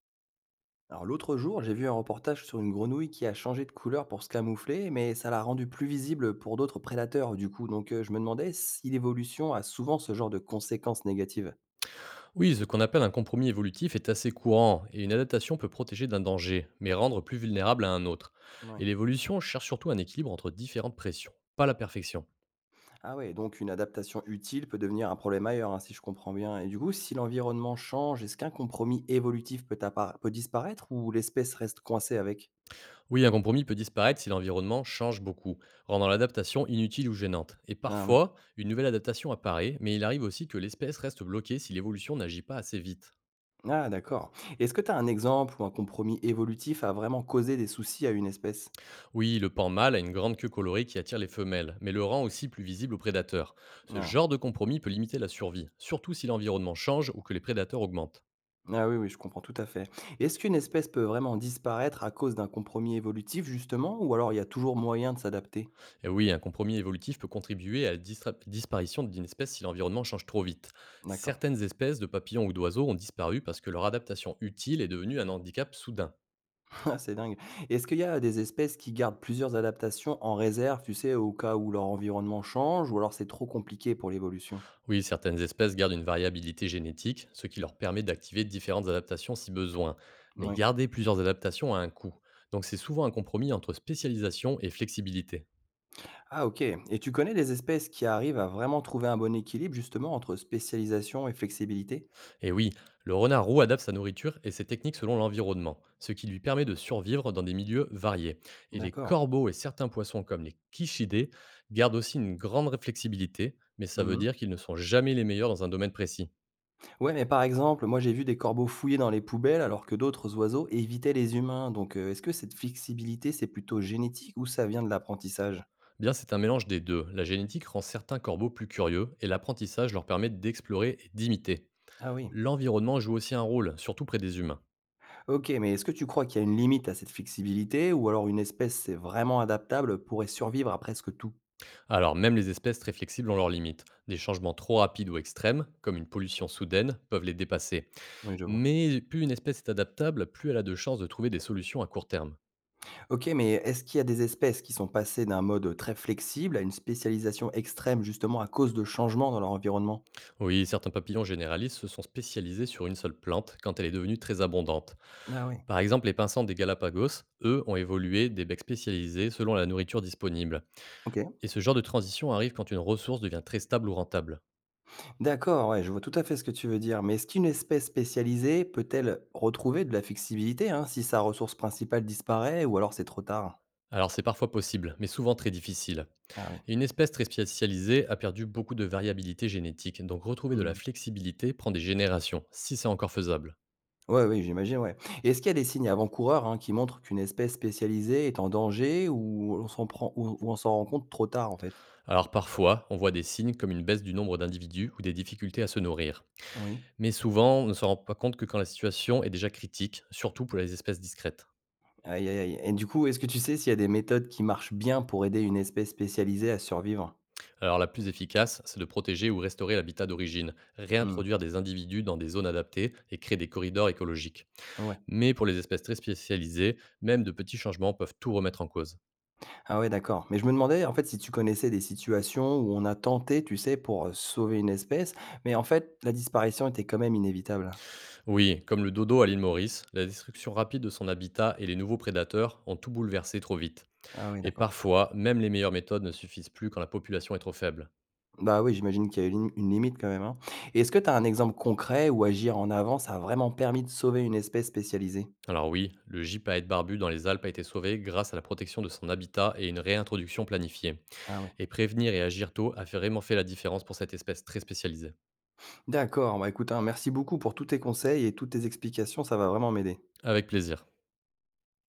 Alors l'autre jour, j'ai vu un reportage sur une grenouille qui a changé de couleur pour se camoufler, mais ça l'a rendue plus visible pour d'autres prédateurs du coup. Donc, je me demandais si l'évolution a souvent ce genre de conséquences négatives. Oui, ce qu'on appelle un compromis évolutif est assez courant, et une adaptation peut protéger d'un danger, mais rendre plus vulnérable à un autre. Ouais. Et l'évolution cherche surtout un équilibre entre différentes pressions, pas la perfection. Ah ouais, donc une adaptation utile peut devenir un problème ailleurs, hein, si je comprends bien. Et du coup, si l'environnement change, est-ce qu'un compromis évolutif peut, peut disparaître ou l'espèce reste coincée avec. Oui, un compromis peut disparaître si l'environnement change beaucoup, rendant l'adaptation inutile ou gênante. Et Ah oui. parfois, une nouvelle adaptation apparaît, mais il arrive aussi que l'espèce reste bloquée si l'évolution n'agit pas assez vite. Ah d'accord. Est-ce que tu as un exemple où un compromis évolutif a vraiment causé des soucis à une espèce? Oui, le pan mâle a une grande queue colorée qui attire les femelles, mais le rend aussi plus visible aux prédateurs. Ce Ah. genre de compromis peut limiter la survie, surtout si l'environnement change ou que les prédateurs augmentent. Ah oui, oui, je comprends tout à fait. Est-ce qu'une espèce peut vraiment disparaître à cause d'un compromis évolutif, justement, ou alors il y a toujours moyen de s'adapter? Et oui, un compromis évolutif peut contribuer à la disparition d'une espèce si l'environnement change trop vite. D'accord. Certaines espèces de papillons ou d'oiseaux ont disparu parce que leur adaptation utile est devenue un handicap soudain. Ah, c'est dingue. Est-ce qu'il y a des espèces qui gardent plusieurs adaptations en réserve, tu sais, au cas où leur environnement change, ou alors c'est trop compliqué pour l'évolution? Oui, certaines espèces gardent une variabilité génétique, ce qui leur permet d'activer différentes adaptations si besoin. Mais Oui. garder plusieurs adaptations a un coût. Donc c'est souvent un compromis entre spécialisation et flexibilité. Ah, ok. Et tu connais des espèces qui arrivent à vraiment trouver un bon équilibre, justement, entre spécialisation et flexibilité? Et oui, le renard roux adapte sa nourriture et ses techniques selon l'environnement, ce qui lui permet de survivre dans des milieux variés. Et les D'accord. corbeaux et certains poissons comme les quichidés gardent aussi une grande flexibilité, mais ça veut Mhm. dire qu'ils ne sont jamais les meilleurs dans un domaine précis. Ouais, mais par exemple, moi j'ai vu des corbeaux fouiller dans les poubelles alors que d'autres oiseaux évitaient les humains. Donc, est-ce que cette flexibilité, c'est plutôt génétique ou ça vient de l'apprentissage? Eh bien, c'est un mélange des deux. La génétique rend certains corbeaux plus curieux et l'apprentissage leur permet d'explorer et d'imiter. Ah oui. L'environnement joue aussi un rôle, surtout près des humains. Ok, mais est-ce que tu crois qu'il y a une limite à cette flexibilité ou alors une espèce c'est vraiment adaptable pourrait survivre à presque tout? Alors, même les espèces très flexibles ont leurs limites. Des changements trop rapides ou extrêmes, comme une pollution soudaine, peuvent les dépasser. Oui, je vois. Mais plus une espèce est adaptable, plus elle a de chances de trouver des solutions à court terme. Ok, mais est-ce qu'il y a des espèces qui sont passées d'un mode très flexible à une spécialisation extrême justement à cause de changements dans leur environnement? Oui, certains papillons généralistes se sont spécialisés sur une seule plante quand elle est devenue très abondante. Ah oui. Par exemple, les pinsans des Galapagos, eux, ont évolué des becs spécialisés selon la nourriture disponible. Ok. Et ce genre de transition arrive quand une ressource devient très stable ou rentable. D'accord, ouais, je vois tout à fait ce que tu veux dire. Mais est-ce qu'une espèce spécialisée peut-elle retrouver de la flexibilité hein, si sa ressource principale disparaît ou alors c'est trop tard? Alors c'est parfois possible, mais souvent très difficile. Ah oui. Et une espèce très spécialisée a perdu beaucoup de variabilité génétique, donc retrouver de la Mhm. flexibilité prend des générations, si c'est encore faisable. Ouais, oui, j'imagine, ouais. Et est-ce qu'il y a des signes avant-coureurs hein, qui montrent qu'une espèce spécialisée est en danger ou on s'en prend ou on s'en rend compte trop tard en fait? Alors parfois, on voit des signes comme une baisse du nombre d'individus ou des difficultés à se nourrir. Oui. Mais souvent, on ne se rend pas compte que quand la situation est déjà critique, surtout pour les espèces discrètes. Aïe, aïe, aïe. Et du coup, est-ce que tu sais s'il y a des méthodes qui marchent bien pour aider une espèce spécialisée à survivre? Alors la plus efficace, c'est de protéger ou restaurer l'habitat d'origine, Mhm. réintroduire des individus dans des zones adaptées et créer des corridors écologiques. Ouais. Mais pour les espèces très spécialisées, même de petits changements peuvent tout remettre en cause. Ah ouais, d'accord. Mais je me demandais, en fait, si tu connaissais des situations où on a tenté, tu sais, pour, sauver une espèce, mais en fait, la disparition était quand même inévitable? Oui, comme le dodo à l'île Maurice, la destruction rapide de son habitat et les nouveaux prédateurs ont tout bouleversé trop vite. Ah oui, Et d'accord. parfois, même les meilleures méthodes ne suffisent plus quand la population est trop faible. Bah oui, j'imagine qu'il y a une lim une limite quand même, hein. Et est-ce que tu as un exemple concret où agir en avance a vraiment permis de sauver une espèce spécialisée? Alors oui, le gype à être barbu dans les Alpes a été sauvé grâce à la protection de son habitat et une réintroduction planifiée. Ah oui. Et prévenir et agir tôt a vraiment fait la différence pour cette espèce très spécialisée. D'accord, bah écoute, hein, merci beaucoup pour tous tes conseils et toutes tes explications, ça va vraiment m'aider. Avec plaisir.